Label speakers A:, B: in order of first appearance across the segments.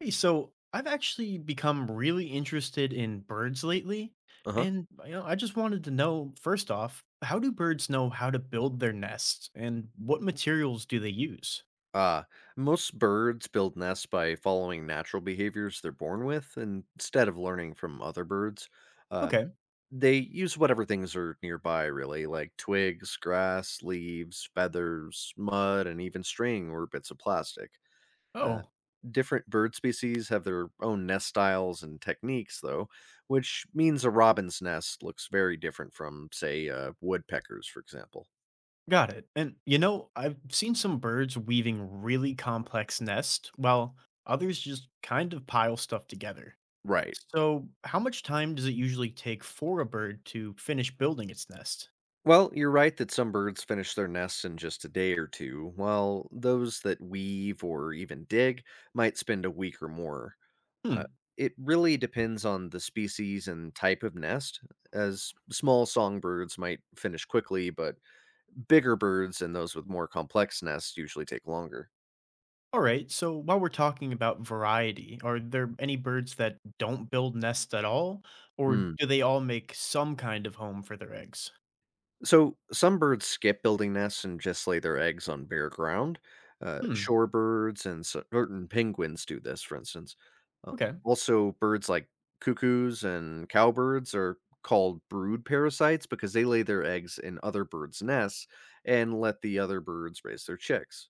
A: Hey, so I've actually become really interested in birds lately,
B: Uh-huh.
A: and you know, I just wanted to know first off, how do birds know how to build their nests, and what materials do they use?
B: Uh, Most birds build nests by following natural behaviors they're born with instead of learning from other birds. Uh,
A: Okay.
B: they use whatever things are nearby, really, like twigs, grass, leaves, feathers, mud, and even string or bits of plastic. Uh,
A: Oh,
B: Different bird species have their own nest styles and techniques, though, which means a robin's nest looks very different from, say, a woodpecker's, for example.
A: got it. And you know, I've seen some birds weaving really complex nests, while others just kind of pile stuff together.
B: Right.
A: So, how much time does it usually take for a bird to finish building its nest?
B: Well, you're right that some birds finish their nests in just a day or two, while those that weave or even dig might spend a week or more. Uh,
A: Hmm.
B: it really depends on the species and type of nest, as small songbirds might finish quickly, but bigger birds and those with more complex nests usually take longer.
A: All right, so while we're talking about variety, are there any birds that don't build nests at all, or
B: Hmm.
A: do they all make some kind of home for their eggs?
B: So some birds skip building nests and just lay their eggs on bare ground.
A: Hmm,
B: Shorebirds and certain penguins do this, for instance. Uh,
A: okay.
B: Also, birds like cuckoos and cowbirds are called brood parasites because they lay their eggs in other birds' nests and let the other birds raise their chicks.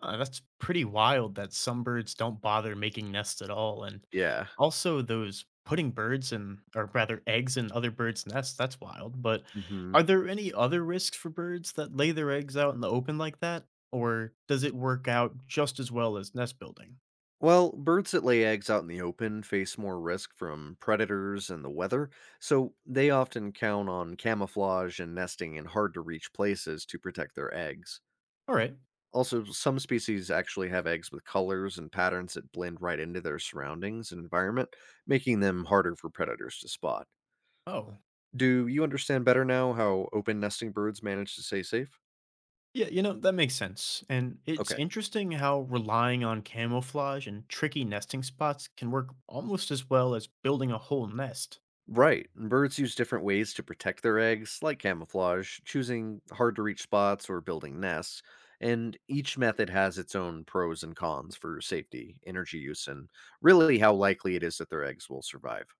A: That's pretty wild that some birds don't bother making nests at all. And
B: Yeah.
A: also, those putting birds in, or rather, eggs in other birds' nests, that's wild. But
B: hmm
A: are there any other risks for birds that lay their eggs out in the open like that? Or does it work out just as well as nest building?
B: Well, birds that lay eggs out in the open face more risk from predators and the weather, so they often count on camouflage and nesting in hard to reach places to protect their eggs.
A: All right.
B: Also, some species actually have eggs with colors and patterns that blend right into their surroundings and environment, making them harder for predators to spot.
A: Oh.
B: Do you understand better now how open nesting birds manage to stay safe?
A: Yeah, you know, that makes sense. And it's
B: Okay.
A: interesting how relying on camouflage and tricky nesting spots can work almost as well as building a whole nest.
B: Right. and Birds use different ways to protect their eggs, like camouflage, choosing hard to reach spots, or building nests. And each method has its own pros and cons for safety, energy use, and really how likely it is that their eggs will survive.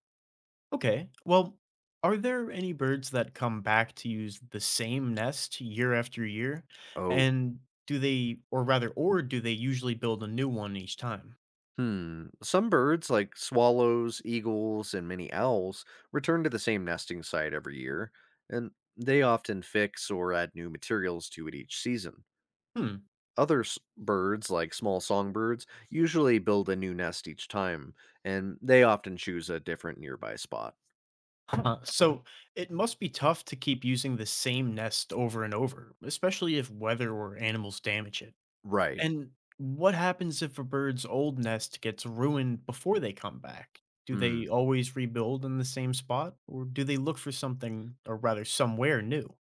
A: Okay, well, are there any birds that come back to use the same nest year after year?
B: Oh,
A: And do they, or rather, or do they usually build a new one each time?
B: hmm. Some birds, like swallows, eagles, and many owls, return to the same nesting site every year, and they often fix or add new materials to it each season.
A: Hmm.
B: Birds, like small songbirds, usually build a new nest each time, and they often choose a different nearby spot.
A: Huh. So it must be tough to keep using the same nest over and over, especially if weather or animals damage it.
B: Right.
A: And what happens if a bird's old nest gets ruined before they come back? Do
B: Mm.
A: they always rebuild in the same spot, or do they look for something, or rather, somewhere new?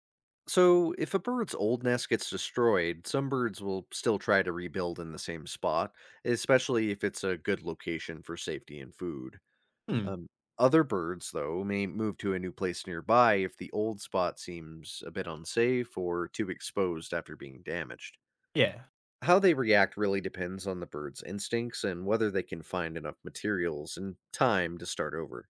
B: So, if a bird's old nest gets destroyed, some birds will still try to rebuild in the same spot, especially if it's a good location for safety and food.
A: Hmm.
B: Um, Other birds, though, may move to a new place nearby if the old spot seems a bit unsafe or too exposed after being damaged.
A: Yeah.
B: How they react really depends on the bird's instincts and whether they can find enough materials and time to start over.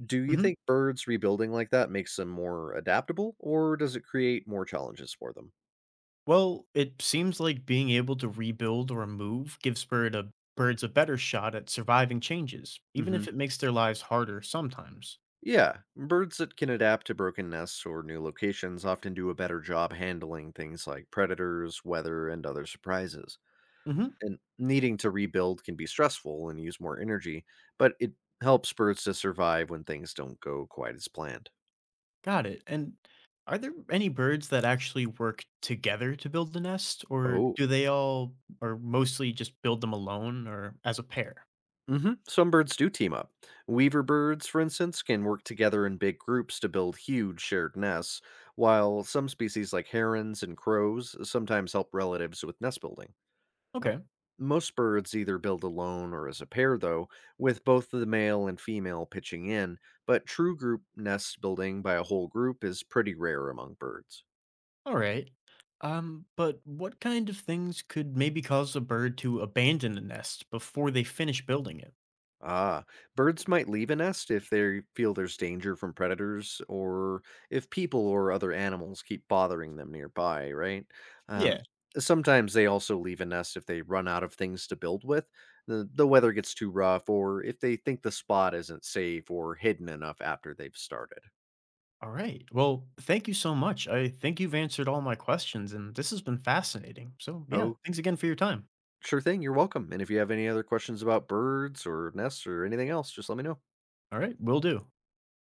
B: Do you
A: Hmm.
B: think birds rebuilding like that makes them more adaptable, or does it create more challenges for them?
A: Well, it seems like being able to rebuild or move gives birds a better shot at surviving changes, even
B: hmm
A: if it makes their lives harder sometimes.
B: Yeah, birds that can adapt to broken nests or new locations often do a better job handling things like predators, weather, and other surprises.
A: Hmm.
B: And needing to rebuild can be stressful and use more energy, but it helps birds to survive when things don't go quite as planned.
A: Got it. And are there any birds that actually work together to build the nest, or
B: Oh.
A: do they all, or mostly just build them alone or as a pair?
B: Hmm. Some birds do team up. Weaver birds, for instance, can work together in big groups to build huge shared nests, while some species like herons and crows sometimes help relatives with nest building. Um,
A: Okay,
B: Most birds either build alone or as a pair, though, with both the male and female pitching in, but true group nest building by a whole group is pretty rare among birds.
A: all right. But what kind of things could maybe cause a bird to abandon a nest before they finish building it?
B: Ah, birds might leave a nest if they feel there's danger from predators or if people or other animals keep bothering them nearby, right? Um,
A: Yeah.
B: Sometimes they also leave a nest if they run out of things to build with, the weather gets too rough, or if they think the spot isn't safe or hidden enough after they've started.
A: All right. Well, thank you so much. I think you've answered all my questions, and this has been fascinating. So, yeah,
B: Oh,
A: thanks again for your time.
B: sure thing, you're welcome. And if you have any other questions about birds or nests or anything else, just let me know.
A: All right, will do.